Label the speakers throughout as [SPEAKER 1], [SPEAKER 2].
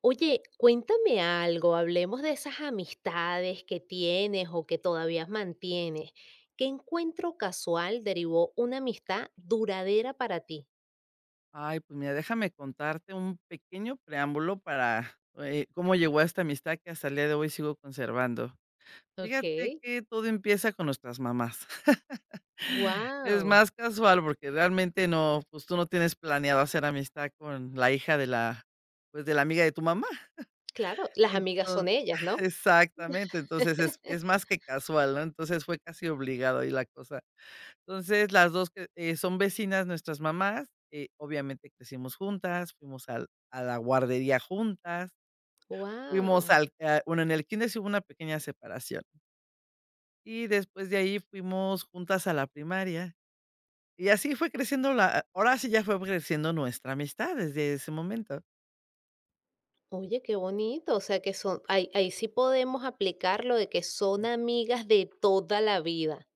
[SPEAKER 1] Oye, cuéntame algo, hablemos de esas amistades que tienes o que todavía mantienes. ¿Qué encuentro casual derivó una amistad duradera para ti?
[SPEAKER 2] Ay, pues mira, déjame contarte un pequeño preámbulo para cómo llegó a esta amistad que hasta el día de hoy sigo conservando.
[SPEAKER 1] Ok,
[SPEAKER 2] Fíjate que todo empieza con nuestras mamás. Es
[SPEAKER 1] wow.
[SPEAKER 2] más casual porque realmente no, pues tú no tienes planeado hacer amistad con la hija de la, pues de la amiga de tu mamá.
[SPEAKER 1] Claro, las amigas son
[SPEAKER 2] Entonces,
[SPEAKER 1] ellas, ¿no?
[SPEAKER 2] exactamente, entonces es más que casual, ¿no? Entonces fue casi obligado ahí la cosa. Entonces, las 2 que, son vecinas nuestras mamás, obviamente crecimos juntas, fuimos al a la guardería juntas, fuimos
[SPEAKER 1] Wow.
[SPEAKER 2] bueno, en el kinder sí hubo una pequeña separación, y después de ahí fuimos juntas a la primaria, y así fue creciendo la ahora sí ya fue creciendo nuestra amistad desde ese momento.
[SPEAKER 1] Oye, qué bonito. O sea que son, ahí sí podemos aplicar lo de que son amigas de toda la vida.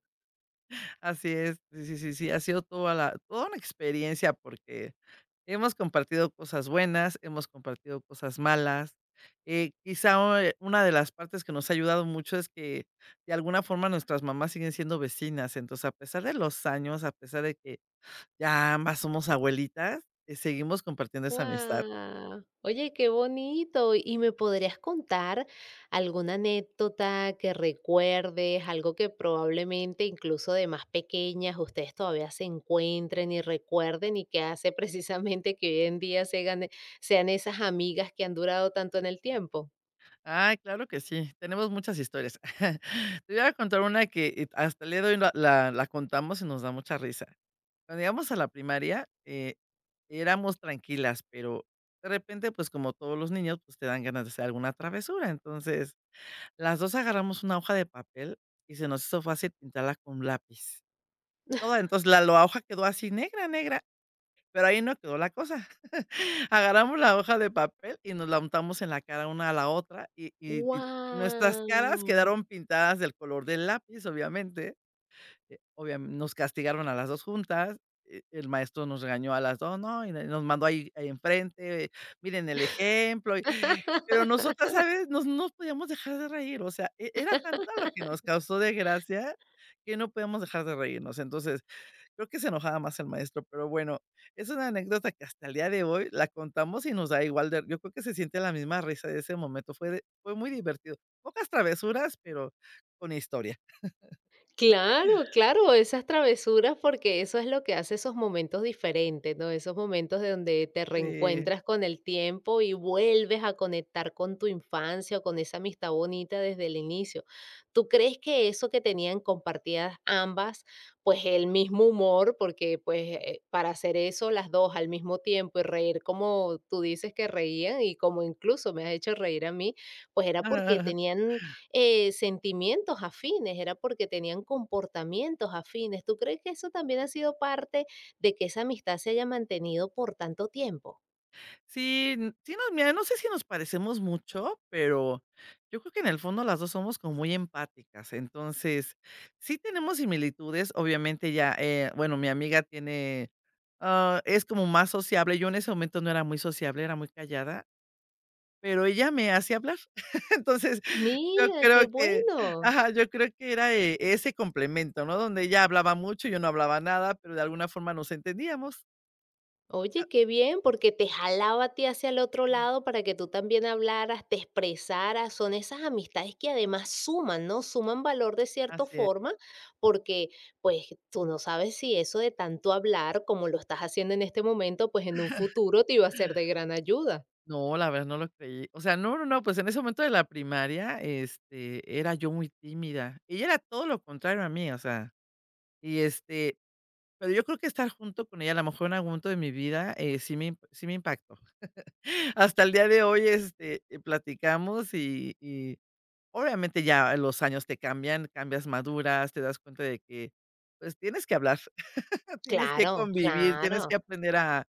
[SPEAKER 2] Así es, sí, sí, sí, sí, ha sido toda una experiencia porque hemos compartido cosas buenas, hemos compartido cosas malas. Quizá o una de las partes que nos ha ayudado mucho es que, de alguna forma, nuestras mamás siguen siendo vecinas. Entonces, a pesar de los años, a pesar de que ya ambas somos abuelitas, seguimos compartiendo esa amistad.
[SPEAKER 1] Wow, oye, qué bonito. ¿Y me podrías contar alguna anécdota que recuerdes, algo que probablemente incluso de más pequeñas ustedes todavía se encuentren y recuerden y que hace precisamente que hoy en día sean esas amigas que han durado tanto en el tiempo?
[SPEAKER 2] Ay, claro que sí, tenemos muchas historias. Te voy a contar una que, hasta le doy la contamos y nos da mucha risa. Cuando íbamos a la primaria, éramos tranquilas, pero de repente, pues, como todos los niños, pues, te dan ganas de hacer alguna travesura. Entonces, las 2 agarramos una hoja de papel y se nos hizo fácil pintarla con lápiz. Toda, entonces, la hoja quedó así negra, negra, pero ahí no quedó la cosa. Agarramos la hoja de papel y nos la untamos en la cara una a la otra y nuestras caras
[SPEAKER 1] Wow.
[SPEAKER 2] quedaron pintadas del color del lápiz, obviamente nos castigaron a las 2 juntas, el maestro nos regañó a las dos, ¿no? Y de nos mandó ahí enfrente, miren el ejemplo, y pero nosotras, ¿sabes? Nos No podíamos dejar de reír, o sea, era tanta lo que nos causó desgracia que no podíamos dejar de reírnos. Entonces, creo que se enojaba más el maestro, pero bueno, es una anécdota que hasta el día de hoy la contamos y nos da igual de yo creo que se siente la misma risa de ese momento, fue muy divertido. Pocas travesuras, pero con historia.
[SPEAKER 1] Claro, claro, esas travesuras, porque eso es lo que hace esos momentos diferentes, ¿no? Esos momentos de donde te
[SPEAKER 2] Sí.
[SPEAKER 1] reencuentras con el tiempo y vuelves a conectar con tu infancia o con esa amistad bonita desde el inicio. ¿Tú crees que eso que tenían compartidas ambas, pues el mismo humor, porque para hacer eso las dos al mismo tiempo y reír como tú dices que reían y como incluso me has hecho reír a mí, pues era porque tenían sentimientos afines, era porque tenían comportamientos afines. ¿Tú crees que eso también ha sido parte de que esa amistad se haya mantenido por tanto tiempo?
[SPEAKER 2] Sí, n sí nos mira, no sé si nos parecemos mucho, pero yo creo que en el fondo las 2 somos como muy empáticas. Entonces, sí tenemos similitudes, obviamente ya, bueno, mi amiga tiene, ah, es como más sociable. Yo en ese momento no era muy sociable, era muy callada, pero ella me hace hablar. Entonces, yo
[SPEAKER 1] Mira,
[SPEAKER 2] creo
[SPEAKER 1] qué
[SPEAKER 2] que
[SPEAKER 1] bueno.
[SPEAKER 2] ajá, yo creo que era, ese complemento, ¿no? Donde ella hablaba mucho, yo no hablaba nada, pero de alguna forma nos entendíamos.
[SPEAKER 1] Oye, qué bien, porque te jalaba a ti hacia el otro
[SPEAKER 2] Mm.
[SPEAKER 1] lado para que tú también hablaras, te expresaras. Son esas amistades que además suman, ¿no? Suman valor de cierta
[SPEAKER 2] Así es.
[SPEAKER 1] forma, porque pues tú no sabes si eso de tanto hablar, como lo estás haciendo en este momento, pues en un futuro te iba a ser de gran ayuda.
[SPEAKER 2] No, la verdad no lo creí. O sea, no, no, no, pues en ese momento de la primaria, este, era yo muy tímida. Ella era todo lo contrario a mí, o sea, y este, pero yo creo que estar junto con ella, a lo mejor en algún momento de mi vida, sí me, sí me impactó. Hasta el día de hoy, este, platicamos y obviamente ya los años te cambian, cambias maduras, te das cuenta de que, pues tienes que hablar, tienes que
[SPEAKER 1] Claro,
[SPEAKER 2] convivir,
[SPEAKER 1] claro.
[SPEAKER 2] tienes que aprender a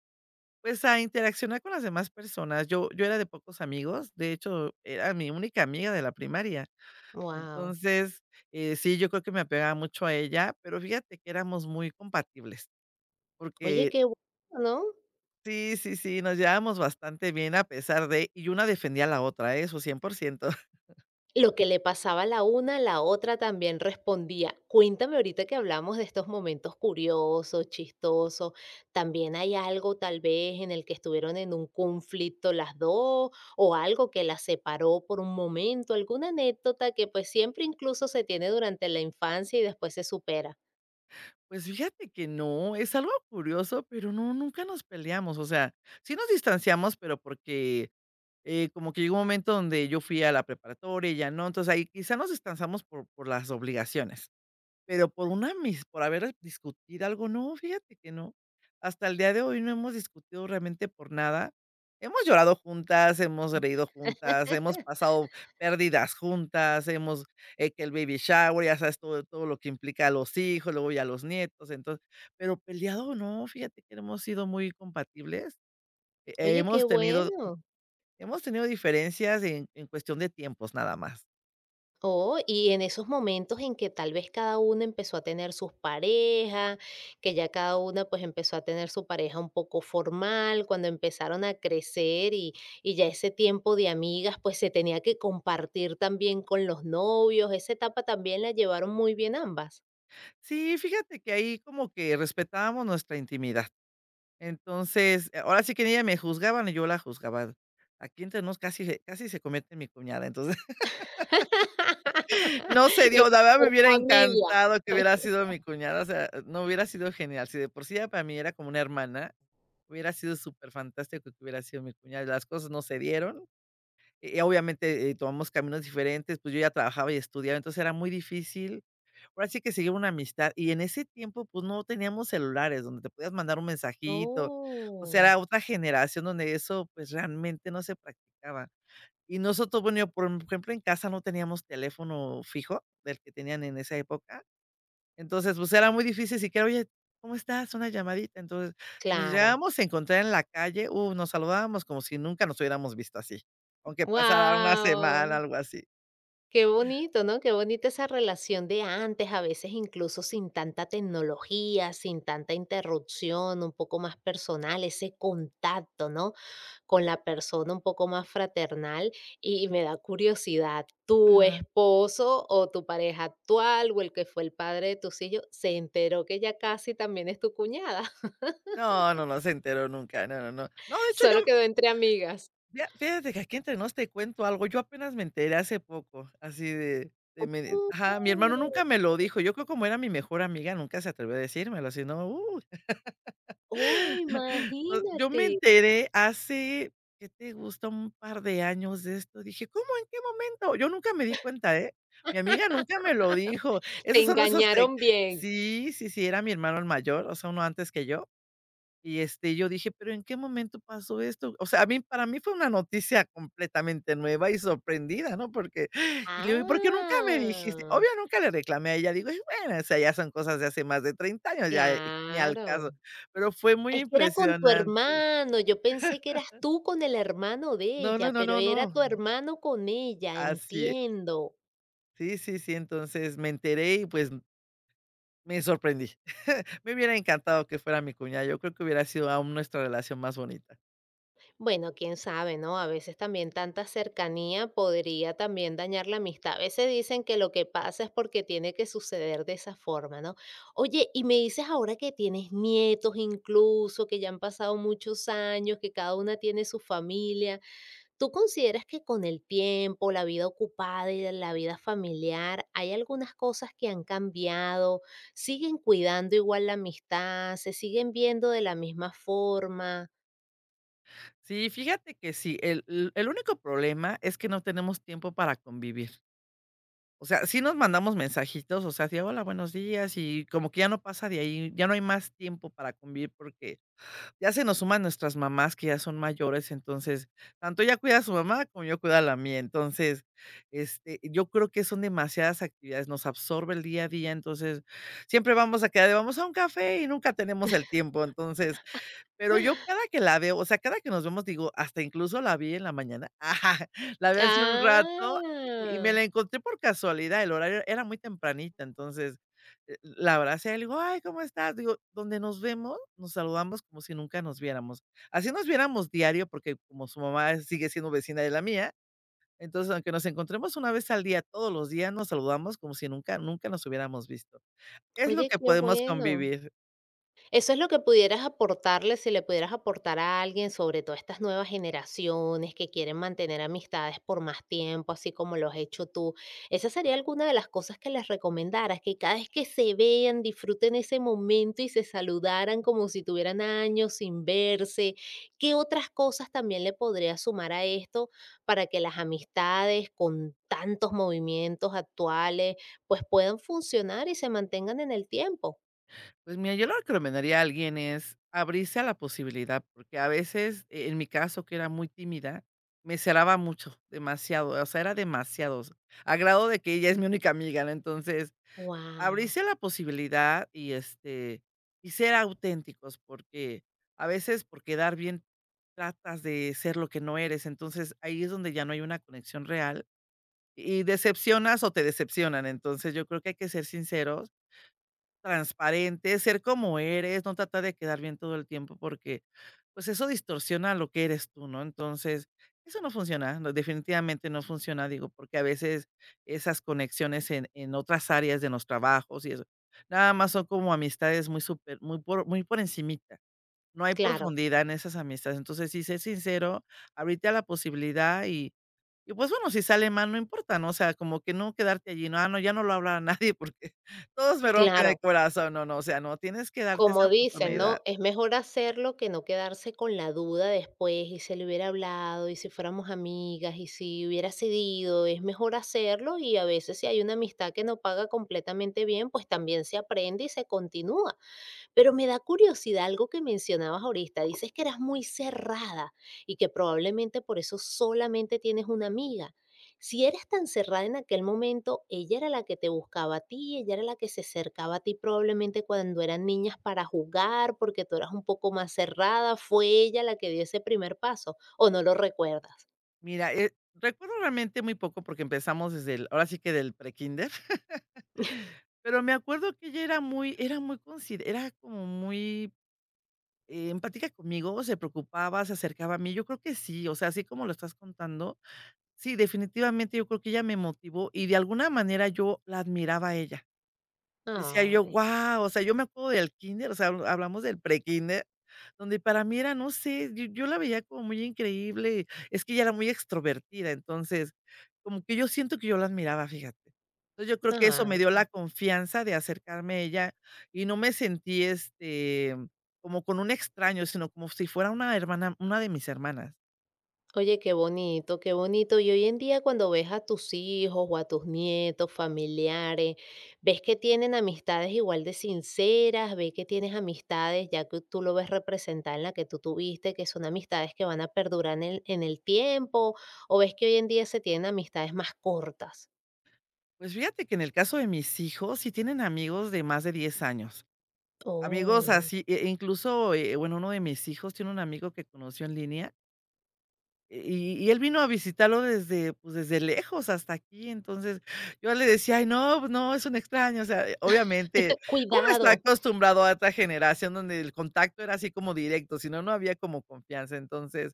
[SPEAKER 2] pues, a interaccionar con las demás personas. Yo era de pocos amigos, de hecho, era mi única amiga de la primaria.
[SPEAKER 1] Wow.
[SPEAKER 2] Entonces, sí, yo creo que me apegaba mucho a ella, pero fíjate que éramos muy compatibles,
[SPEAKER 1] Oye,
[SPEAKER 2] porque
[SPEAKER 1] qué bueno, ¿no?
[SPEAKER 2] sí, sí, sí, nos llevábamos bastante bien a pesar de y una defendía a la otra, ¿eh? Eso 100%.
[SPEAKER 1] Lo que le pasaba a la una, la otra también respondía. Cuéntame ahorita que hablamos de estos momentos curiosos, chistosos, ¿también hay algo tal vez en el que estuvieron en un conflicto las dos o algo que las separó por un momento, alguna anécdota que pues siempre incluso se tiene durante la infancia y después se supera?
[SPEAKER 2] Pues fíjate que no, es algo curioso, pero no, nunca nos peleamos, o sea, sí nos distanciamos, pero porque, como que llegó un momento donde yo fui a la preparatoria, y ya no, entonces ahí quizá nos distanciamos por las obligaciones. Pero por una mis por haber discutido algo, no, fíjate que no. Hasta el día de hoy no hemos discutido realmente por nada. Hemos llorado juntas, hemos reído juntas, hemos pasado pérdidas juntas, hemos, que el baby shower, ya sabes, todo lo que implica a los hijos, luego ya a los nietos, entonces, pero peleado no, fíjate que hemos sido muy compatibles.
[SPEAKER 1] Oye, qué
[SPEAKER 2] Hemos tenido
[SPEAKER 1] bueno.
[SPEAKER 2] diferencias en cuestión de tiempos, nada más.
[SPEAKER 1] Oh, y en esos momentos en que tal vez cada una empezó a tener sus parejas, que ya cada una pues empezó a tener su pareja un poco formal, cuando empezaron a crecer y ya ese tiempo de amigas pues se tenía que compartir también con los novios, esa etapa también la llevaron muy bien ambas.
[SPEAKER 2] Sí, fíjate que ahí como que respetábamos nuestra intimidad. Entonces, ahora sí que ni ella me juzgaba ni yo la juzgaba. Aquí entre nos casi se comete mi cuñada, entonces no se
[SPEAKER 1] Y
[SPEAKER 2] dio, la verdad
[SPEAKER 1] ser
[SPEAKER 2] me hubiera
[SPEAKER 1] familia.
[SPEAKER 2] encantado que hubiera sido mi cuñada, o sea, no hubiera sido genial. Si de por sí ya para mí era como una hermana, hubiera sido súper fantástico que hubiera sido mi cuñada. Las cosas no se dieron, y obviamente, tomamos caminos diferentes, pues yo ya trabajaba y estudiaba, entonces era muy difícil ahora sí que seguir una amistad, y en ese tiempo, pues, no teníamos celulares donde te podías mandar un mensajito, o sea,
[SPEAKER 1] Oh,
[SPEAKER 2] era otra generación donde eso, pues, realmente no se practicaba. Y nosotros, bueno, yo, por ejemplo, en casa no teníamos teléfono fijo del que tenían en esa época, entonces, pues, era muy difícil siquiera, oye, ¿cómo estás? Una llamadita. Entonces, si nos
[SPEAKER 1] claro.
[SPEAKER 2] llegábamos a encontrar en la calle, nos saludábamos como si nunca nos hubiéramos visto así, aunque pasara una semana,
[SPEAKER 1] Wow.
[SPEAKER 2] algo así.
[SPEAKER 1] Qué bonito, ¿no? Qué bonita esa relación de antes, a veces incluso sin tanta tecnología, sin tanta interrupción, un poco más personal, ese contacto, ¿no? Con la persona un poco más fraternal. Y me da curiosidad, ¿tu
[SPEAKER 2] Ajá.
[SPEAKER 1] esposo o tu pareja actual o el que fue el padre de tus hijos se enteró que ya casi también es tu cuñada?
[SPEAKER 2] No, no, no se enteró nunca, no, no, no. No, de hecho, yo
[SPEAKER 1] Solo quedó entre amigas.
[SPEAKER 2] Fía Fíjate que aquí entre nos te cuento algo, yo apenas me enteré hace poco, así mi hermano
[SPEAKER 1] ¡Oh!
[SPEAKER 2] nunca me lo dijo, yo creo como era mi mejor amiga, nunca se atrevió a decírmelo, si no,
[SPEAKER 1] ¡Oh,
[SPEAKER 2] yo me
[SPEAKER 1] imagínate!
[SPEAKER 2] enteré hace, ¿qué te gusta? Un par de años de esto, dije: "¿Cómo? ¿En qué momento?". Yo nunca me di cuenta, ¿eh? Mi amiga nunca me lo dijo,
[SPEAKER 1] Te
[SPEAKER 2] esos son esos de
[SPEAKER 1] engañaron bien.
[SPEAKER 2] sí, sí, sí, era mi hermano el mayor, o sea, uno antes que yo. Y, este, yo dije: "¿Pero en qué momento pasó esto?". O sea, a mí para mí fue una noticia completamente nueva y sorprendida, ¿no? Porque y le digo: "¿Y por qué nunca me dijiste?".
[SPEAKER 1] Ah,
[SPEAKER 2] Obvio, nunca le reclamé a ella, digo: "Y bueno, o sea, ya son cosas de hace más de 30 años, ya, ni al caso".
[SPEAKER 1] claro.
[SPEAKER 2] Pero fue muy
[SPEAKER 1] Es que era con tu
[SPEAKER 2] impresionante.
[SPEAKER 1] hermano, yo pensé que eras tú con el hermano de
[SPEAKER 2] No, no,
[SPEAKER 1] ella,
[SPEAKER 2] no,
[SPEAKER 1] pero
[SPEAKER 2] no,
[SPEAKER 1] era
[SPEAKER 2] no.
[SPEAKER 1] tu hermano con ella,
[SPEAKER 2] Así es.
[SPEAKER 1] entiendo.
[SPEAKER 2] Sí, sí, sí, entonces me enteré y, pues, me sorprendí. Me hubiera encantado que fuera mi cuñada, yo creo que hubiera sido aún nuestra relación más bonita.
[SPEAKER 1] Bueno, quién sabe, ¿no? A veces también tanta cercanía podría también dañar la amistad. A veces dicen que lo que pasa es porque tiene que suceder de esa forma, ¿no? Oye, y me dices ahora que tienes nietos incluso, que ya han pasado muchos años, que cada una tiene su familia. ¿Tú consideras que con el tiempo, la vida ocupada y la vida familiar, hay algunas cosas que han cambiado? ¿Siguen cuidando igual la amistad? ¿Se siguen viendo de la misma forma?
[SPEAKER 2] Sí, fíjate que sí. El único problema es que no tenemos tiempo para convivir. O sea, sí nos mandamos mensajitos, o sea, de: "Hola, buenos días", y como que ya no pasa de ahí, ya no hay más tiempo para convivir, porque ya se nos suman nuestras mamás, que ya son mayores, entonces, tanto ella cuida a su mamá como yo cuido a la mía. Entonces, este, yo creo que son demasiadas actividades, nos absorbe el día a día, entonces, siempre vamos a quedar de: "Vamos a un café", y nunca tenemos el tiempo. Entonces, pero yo cada que la veo, o sea, cada que nos vemos, digo, hasta incluso la vi en la mañana. La vi hace un rato y me
[SPEAKER 1] ¡Ah!
[SPEAKER 2] la encontré por casualidad, el horario era muy tempranita, entonces, la abracé, le digo: "Ay, ¿cómo estás?". Digo, donde nos vemos, nos saludamos como si nunca nos viéramos. Así nos viéramos diario, porque como su mamá sigue siendo vecina de la mía, entonces, aunque nos encontremos una vez al día, todos los días nos saludamos como si nunca nos hubiéramos visto. Es lo
[SPEAKER 1] Oye,
[SPEAKER 2] que
[SPEAKER 1] qué
[SPEAKER 2] podemos
[SPEAKER 1] bueno.
[SPEAKER 2] convivir.
[SPEAKER 1] Eso es lo que pudieras aportarle, si le pudieras aportar a alguien, sobre todo a estas nuevas generaciones que quieren mantener amistades por más tiempo, así como lo has hecho tú. Esa sería alguna de las cosas que les recomendaras, que cada vez que se vean, disfruten ese momento y se saludaran como si tuvieran años sin verse. ¿Qué otras cosas también le podría sumar a esto para que las amistades con tantos movimientos actuales, pues puedan funcionar y se mantengan en el tiempo?
[SPEAKER 2] Pues mira, yo lo recomendaría a alguien es abrirse a la posibilidad, porque a veces, en mi caso, que era muy tímida, me cerraba mucho, demasiado, o sea, era demasiado, o sea, a grado de que ella es mi única amiga, ¿no? Entonces,
[SPEAKER 1] Wow,
[SPEAKER 2] abrirse a la posibilidad y, este, y ser auténticos, porque a veces por quedar bien tratas de ser lo que no eres, entonces ahí es donde ya no hay una conexión real y decepcionas o te decepcionan, entonces yo creo que hay que ser sinceros, transparente, ser como eres, no tratar de quedar bien todo el tiempo porque, pues, eso distorsiona lo que eres tú, ¿no? Entonces, eso no funciona, no, definitivamente no funciona, digo, porque a veces esas conexiones en otras áreas de los trabajos y eso, nada más son como amistades muy súper muy por encimita, no hay
[SPEAKER 1] claro.
[SPEAKER 2] profundidad en esas amistades. Entonces, sí, ser sincero, abrirte a la posibilidad y pues bueno, si sale mal, no importa, ¿no? O sea, como que no quedarte allí, no, ah, no, ya no lo habla nadie porque todos me rompen el
[SPEAKER 1] Claro,
[SPEAKER 2] corazón, no, no, o sea, no, tienes que darte
[SPEAKER 1] como
[SPEAKER 2] esa
[SPEAKER 1] dicen,
[SPEAKER 2] oportunidad.
[SPEAKER 1] ¿no? Es mejor hacerlo que no quedarse con la duda después, y se le hubiera hablado, y si fuéramos amigas, y si hubiera cedido, es mejor hacerlo y a veces si hay una amistad que no paga completamente bien, pues también se aprende y se continúa. Pero me da curiosidad algo que mencionabas ahorita. Dices que eras muy cerrada y que probablemente por eso solamente tienes una amiga. Si eras tan cerrada en aquel momento, ella era la que te buscaba a ti, ella era la que se acercaba a ti probablemente cuando eran niñas para jugar, porque tú eras un poco más cerrada, fue ella la que dio ese primer paso, o no lo recuerdas.
[SPEAKER 2] Mira, recuerdo realmente muy poco porque empezamos desde el, ahora sí que del prekinder, pero me acuerdo que ella era muy consider era como muy empática conmigo, se preocupaba, se acercaba a mí, yo creo que sí, o sea, así como lo estás contando, sí, definitivamente yo creo que ella me motivó y de alguna manera yo la admiraba a ella. Decía yo:
[SPEAKER 1] Ay,
[SPEAKER 2] "Guau", o sea, yo me acuerdo del kinder, o sea, hablamos del prekinder, donde para mí era, no sé, yo la veía como muy increíble, es que ella era muy extrovertida, entonces, como que yo siento que yo la admiraba, fíjate. Entonces, yo creo que eso me dio
[SPEAKER 1] ay.
[SPEAKER 2] la confianza de acercarme a ella y no me sentí, este, como con un extraño, sino como si fuera una hermana, una de mis hermanas.
[SPEAKER 1] Oye, qué bonito, qué bonito. Y hoy en día cuando ves a tus hijos o a tus nietos, familiares, ves que tienen amistades igual de sinceras, ves que tienes amistades, ya que tú lo ves representada en la que tú tuviste, que son amistades que van a perdurar en en el tiempo, o ves que hoy en día se tienen amistades más cortas.
[SPEAKER 2] Pues fíjate que en el caso de mis hijos, sí tienen amigos de más de 10 años. Amigos
[SPEAKER 1] Oh,
[SPEAKER 2] así, incluso, bueno, uno de mis hijos tiene un amigo que conoció en línea, y él vino a visitarlo desde, pues, desde lejos hasta aquí. Entonces, yo le decía: "Ay, no, pues no, es un extraño". O sea, obviamente, uno está
[SPEAKER 1] cuidado.
[SPEAKER 2] acostumbrado a otra generación donde el contacto era así como directo, si no, no había como confianza. Entonces,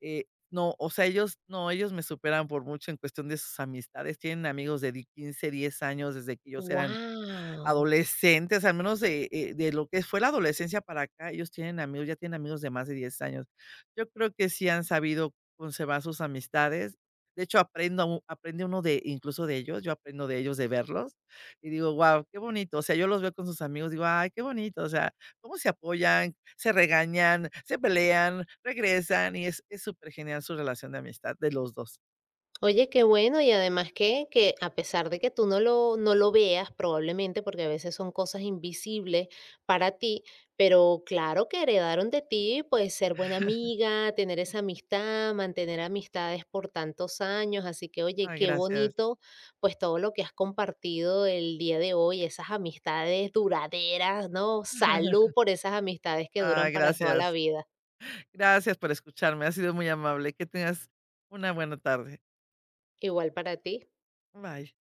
[SPEAKER 2] eh, no, o sea, ellos no, ellos me superan por mucho en cuestión de sus amistades. Tienen amigos de di 15, 10 años desde que ellos eran
[SPEAKER 1] Wow.
[SPEAKER 2] adolescentes, al menos de lo que fue la adolescencia para acá, ellos tienen amigos, ya tienen amigos de más de 10 años. Yo creo que sí han sabido conservar sus amistades. De hecho, aprendo u aprende uno de incluso de ellos, yo aprendo de ellos, de verlos, y digo: "Guau, qué bonito". O sea, yo los veo con sus amigos, digo: "Ay, qué bonito". O sea, cómo se apoyan, se regañan, se pelean, regresan, y es súper genial su relación de amistad de los dos.
[SPEAKER 1] Oye, qué bueno, y además que a pesar de que tú no lo, no lo veas, probablemente, porque a veces son cosas invisibles para ti, pero claro que heredaron de ti, pues ser buena amiga, tener esa amistad, mantener amistades por tantos años, así que oye,
[SPEAKER 2] Ay,
[SPEAKER 1] qué
[SPEAKER 2] gracias.
[SPEAKER 1] bonito, pues todo lo que has compartido el día de hoy, esas amistades duraderas, ¿no? Salud por esas amistades que duran
[SPEAKER 2] Ay,
[SPEAKER 1] para toda la
[SPEAKER 2] gracias.
[SPEAKER 1] vida.
[SPEAKER 2] Gracias por escucharme. Ha sido muy amable. Que tengas una buena tarde.
[SPEAKER 1] Igual para ti.
[SPEAKER 2] Bye.